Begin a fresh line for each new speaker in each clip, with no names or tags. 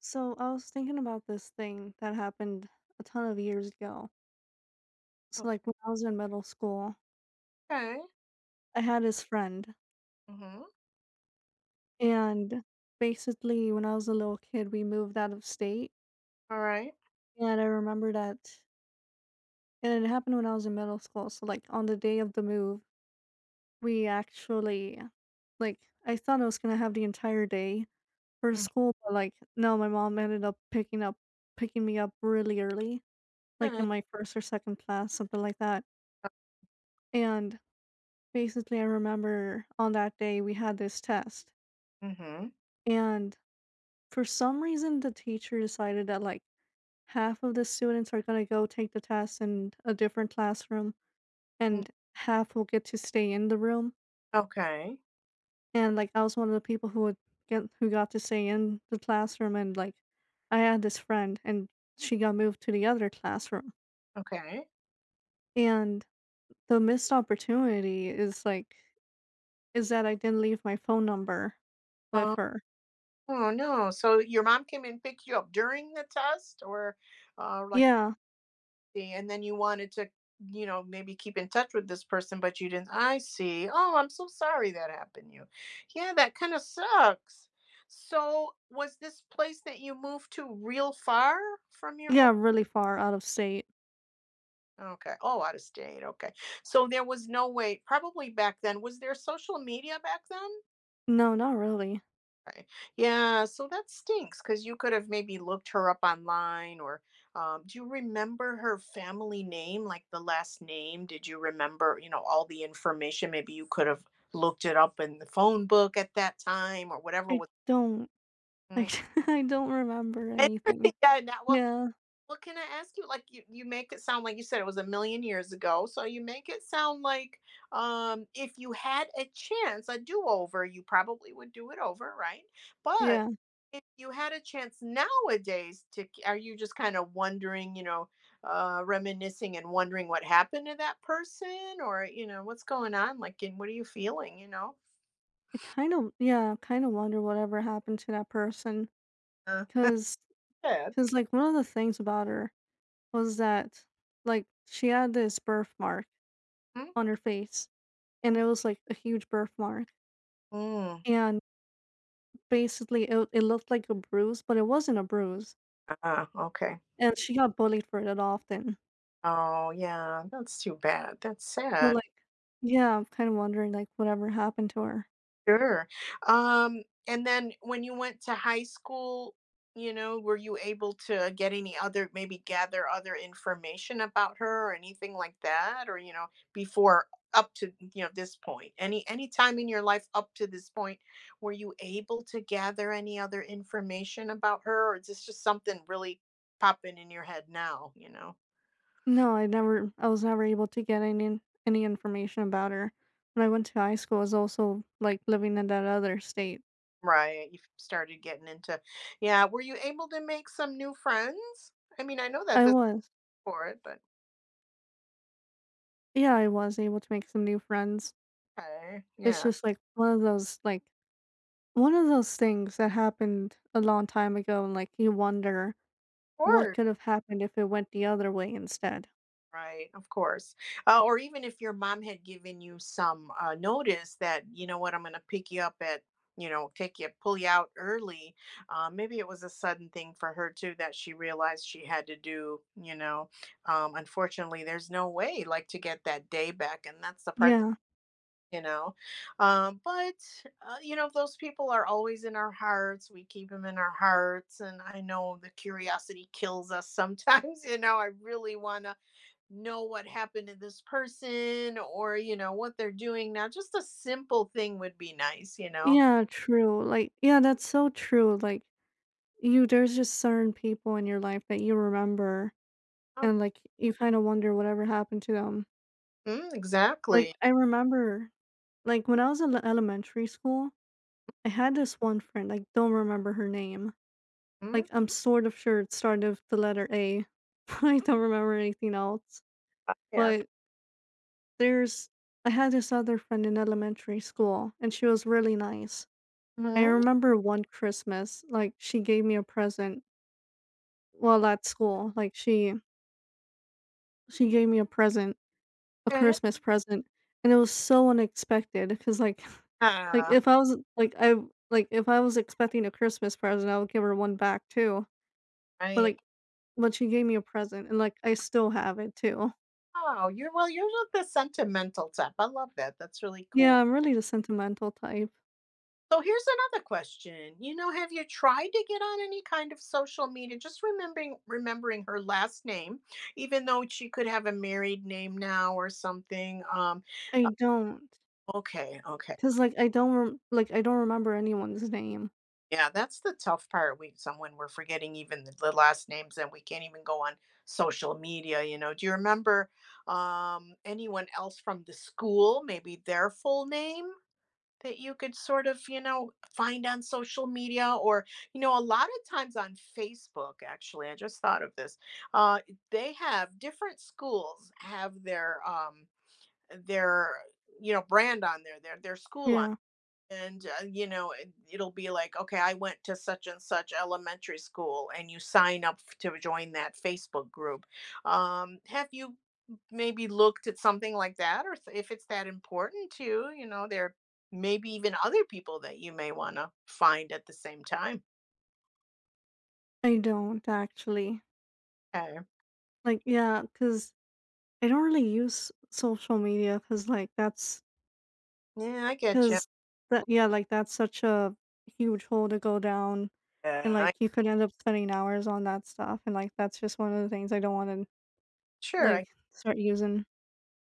So I was thinking about this thing that happened a ton of years ago. So
Okay.
like when I was in middle school,
Okay.
I had this friend
Mm-hmm.
and basically when I was a little kid we moved out of state,
All right.
and I remember that, and it happened when I was in middle school. So like on the day of the move, we actually like I thought I was gonna have the entire day for
Mm.
school, but like no, my mom ended up picking me up really early, like in
Okay.
my first or second class, something like that. And basically, I remember on that day we had this test,
Mm-hmm.
and for some reason, the teacher decided that like half of the students are gonna go take the test in a different classroom, and half will get to stay in the room.
Okay.
And like I was one of the people who would get who got to stay in the classroom, and like I had this friend, and she got moved to the other classroom.
Okay.
And the missed opportunity is is that I didn't leave my phone number with
Oh,
her.
oh no. So your mom came and picked you up during the test or like
Yeah.
and then you wanted to, maybe keep in touch with this person, but you didn't. I see. Oh, I'm so sorry that happened to you. Yeah, that kind of sucks. So was this place that you moved to real far from your—
Yeah, really far out of state.
Okay. Oh, out of state. Okay. So there was no way, probably back then, was there social media back then?
No, not really.
Okay. Yeah. So that stinks because you could have maybe looked her up online or do you remember her family name, like the last name? Did you remember, all the information? Maybe you could have looked it up in the phone book at that time or whatever
I
was.
don't I
Mm,
I don't remember
And,
anything.
yeah, and that well,
Yeah,
can I ask you, like you make it sound like you said it was a million years ago. So you make it sound like, if you had a chance, a do-over, you probably would do it over, right? But
yeah.
if you had a chance nowadays to, are you just kind of wondering, reminiscing and wondering what happened to that person? Or, what's going on? Like, and what are you feeling?
I kind of, yeah, kind of wonder whatever happened to that person.
Uh,
Cause
sad.
cause like, one of the things about her was that, like, she had this birthmark
Mm,
on her face, and
mm,
it was, like, a huge birthmark,
mm.
and basically it looked like a bruise, but it wasn't a bruise,
Ah, okay.
and she got bullied for that often.
Oh, yeah, that's too bad. That's
So
sad.
like yeah, I'm kind of wondering, like, whatever happened to her.
Sure. And then when you went to high school, were you able to get any other, maybe gather other information about her or anything like that? Or, before up to, this point, any time in your life up to this point, were you able to gather any other information about her? Or is this just something really popping in your head now, you know?
No, I was never able to get any information about her. When I went to high school, I was also like living in that other state.
Right. You started getting into, yeah. Were you able to make some new friends? I mean, I know that
I
this is
was.
for it, but—
Yeah, I was able to make some new friends.
Okay,
It's
yeah. Of
just like one of those things that happened a long time ago, and like you wonder what
course,
could have happened if it went the other way instead.
right, of course. Or even if your mom had given you some, notice that, you know what, I'm going to pick you up at, take you, pull you out early. Maybe it was a sudden thing for her too that she realized she had to do. Unfortunately, there's no way like to get that day back. And that's the part
Yeah.
you know but you know those people are always in our hearts. We keep them in our hearts, and I know the curiosity kills us sometimes. I really want to know what happened to this person, or you know what they're doing now. Just a simple thing would be nice.
Yeah, true. Like yeah, that's so true. Like you there's just certain people in your life that you remember,
Um,
and like you kind of wonder whatever happened to them.
mm,
Like,
exactly
I remember, like, when I was in elementary school, I had this one friend, I don't remember her name. Like,
Mm,
I'm sort of sure it started with the letter A, but I don't remember anything else.
yeah.
But there's I had this other friend in elementary school, and she was really nice. I
Mm,
remember one Christmas, like, she gave me a present while at school, like, she gave me a
okay.
Christmas present, and it was so unexpected because, like like,
Ah,
if I was like, I like, if I was expecting a Christmas present, I would give her one back too, but,
right.
but she gave me a present, and, like, I still have it too.
Oh, you're the sentimental type. I love that. That's really
Yeah,
cool.
I'm really the sentimental type.
So here's another question. Have you tried to get on any kind of social media? Just remembering her last name, even though she could have a married name now or something. Uh,
I don't not
okay, okay.
cause like, I don't rem like, I don't remember anyone's name.
Yeah, that's the tough part. We're forgetting even the last names, and we can't even go on social media. Do you remember anyone else from the school, maybe their full name that you could sort of, find on social media, or, a lot of times on Facebook, actually, I just thought of this. Uh, they have different schools have their brand on there, their school on—
Yeah,
and, it'll be like, "Okay, I went to such and such elementary school," and you sign up f to join that Facebook group. Have you maybe looked at something like that? Or if it's that important to you, there may be even other people that you may wanna find at the same time.
I don't actually.
Okay.
Like, yeah, cause I don't really use social media, cause like, that's
Yeah, I get you.
'Cause that yeah, like, that's such a huge hole to go down, and,
Yeah, I
like, you could end up spending hours on that stuff, and, like, that's just one of the things I don't wanna,
sure, I
like, start using.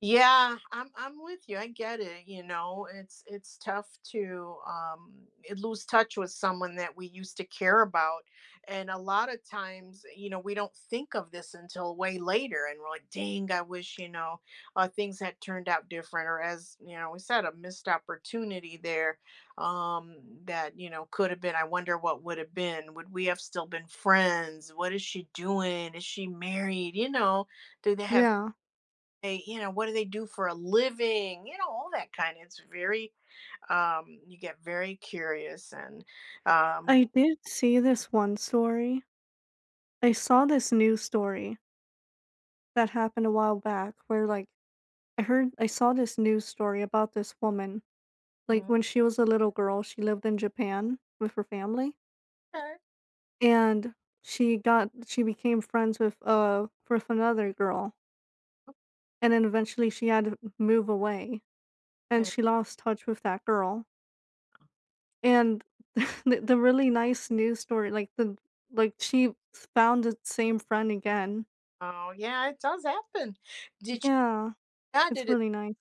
yeah, I'm with you. I get it. It's tough to lose touch with someone that we used to care about. And a lot of times, we don't think of this until way later, and we're like, "Dang, I wish, things had turned out different, or as, we said, a missed opportunity there um that, could have been. I wonder what would have been. Would we have still been friends? What is she doing? Is she married? Do
Yeah.
they, you know what, do they do for a living, all that kind. It's very, you get very curious, and um
I did see this one story. I saw this news story that happened a while back where, like, I saw this news story about this woman, like,
Mhm.
when she was a little girl, she lived in Japan with her family,
Okay.
and she became friends with another girl. And then eventually she had to move away, and
And,
she lost touch with that girl. And the really nice news story, like the like she found the same friend again.
oh yeah, it does happen. Did you—
Yeah,
yeah. did
it's
it
really nice.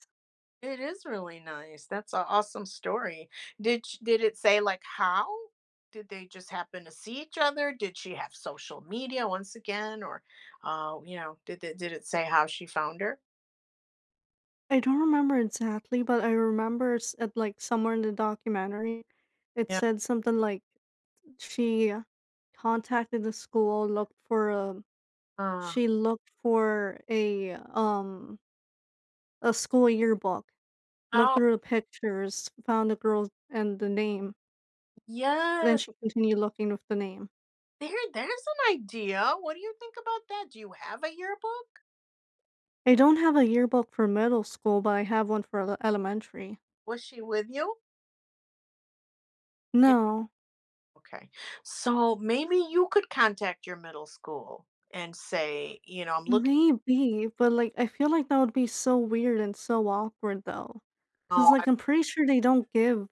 It is really nice. That's an awesome story. Did it say like how did they just happen to see each other? Did she have social media once again? Or did it say how she found her?
I don't remember exactly, but I remember it's at like somewhere in the documentary, it
Yeah.
said something like she contacted the school, looked for a
uh,
she looked for a school yearbook. Looked
oh,
through the pictures, found the girl and the name, then
yes.
she continued looking with the name.
There's an idea. What do you think about that? Do you have a yearbook?
I don't have a yearbook for middle school, but I have one for elementary.
Was she with you? Yeah,
No.
okay. So maybe you could contact your middle school and say, I'm looking.
Maybe, but, like, I feel like that would be so weird and so awkward, though. Cause
oh, I
like, I'm pretty sure they don't give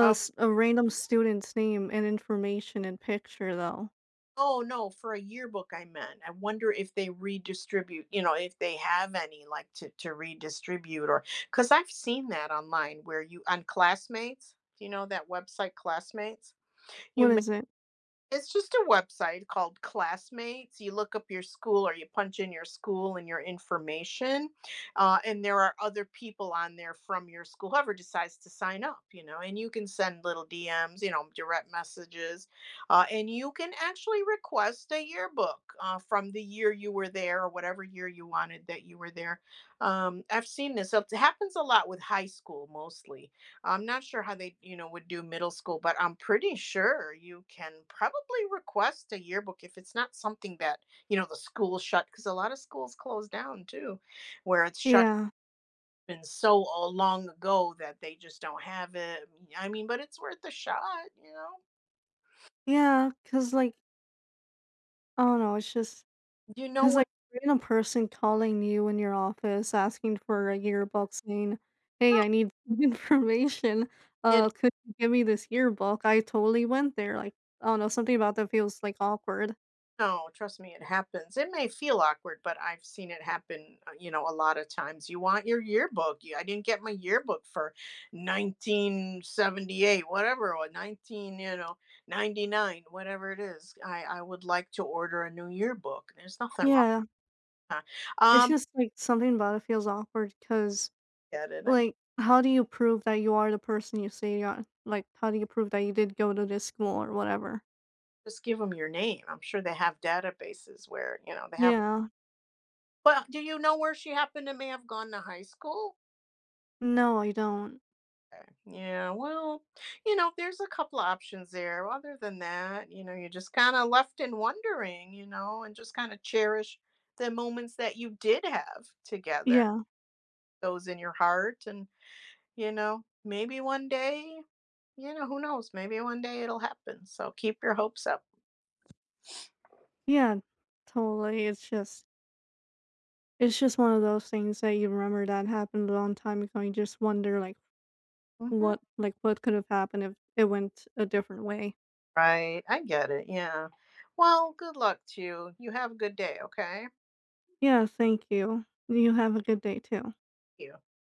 of
a random student's name and information and picture, though.
Oh, no, for a yearbook I meant. I wonder if they redistribute, if they have any, like, to redistribute, or because 'cause I've seen that online where you on Classmates. Do you know that website Classmates?
What
You
is it?
It's just a website called Classmates. You look up your school or you punch in your school and your information. And there are other people on there from your school, whoever decides to sign up, and you can send little DMs, direct messages. And you can actually request a yearbook, from the year you were there or whatever year you wanted that you were there. I've seen this. It happens a lot with high school, mostly. I'm not sure how they, would do middle school, but I'm pretty sure you can probably request a yearbook if it's not something that, the school shut, because a lot of schools close down too, where it's shut,
Yeah.
been so long ago that they just don't have it. I mean, but it's worth a shot, you know.
Yeah. Cause like, I don't know, it's just
You know
'cause,
what?
like, a random person calling you in your office asking for a yearbook saying, "Hey, I need information, could you give me this yearbook?" I totally went there, like, I don't know, something about that feels, like, awkward.
No, trust me, it happens. It may feel awkward, but I've seen it happen, a lot of times. You want your yearbook. I didn't get my yearbook for 1978, whatever, or 19, 99, whatever it is. I would like to order a new yearbook. There's nothing wrong
Yeah,
with that.
it's
Um,
just, like, something about it feels awkward. Cause
I get it. I
like, how do you prove that you are the person you say you are? Like, how do you prove that you did go to this school or whatever?
just give them your name. I'm sure they have databases where,
Yeah.
well, do you know where she happened to may have gone to high school?
No, I don't.
Okay. Yeah, well, there's a couple options there. Other than that, you're just kind of left in wondering, and just kind of cherish the moments that you did have together,
Yeah.
those in your heart. And, maybe one day, who knows? Maybe one day it'll happen. So keep your hopes up.
Yeah, totally, it's just it's just one of those things that you remember that happened a long time ago, you just wonder,
Mhm.
like, what could have happened if it went a different way.
Right, I get it, yeah. Well, good luck to you. You have a good day, okay?
Yeah, thank you. You have a good day too.
You.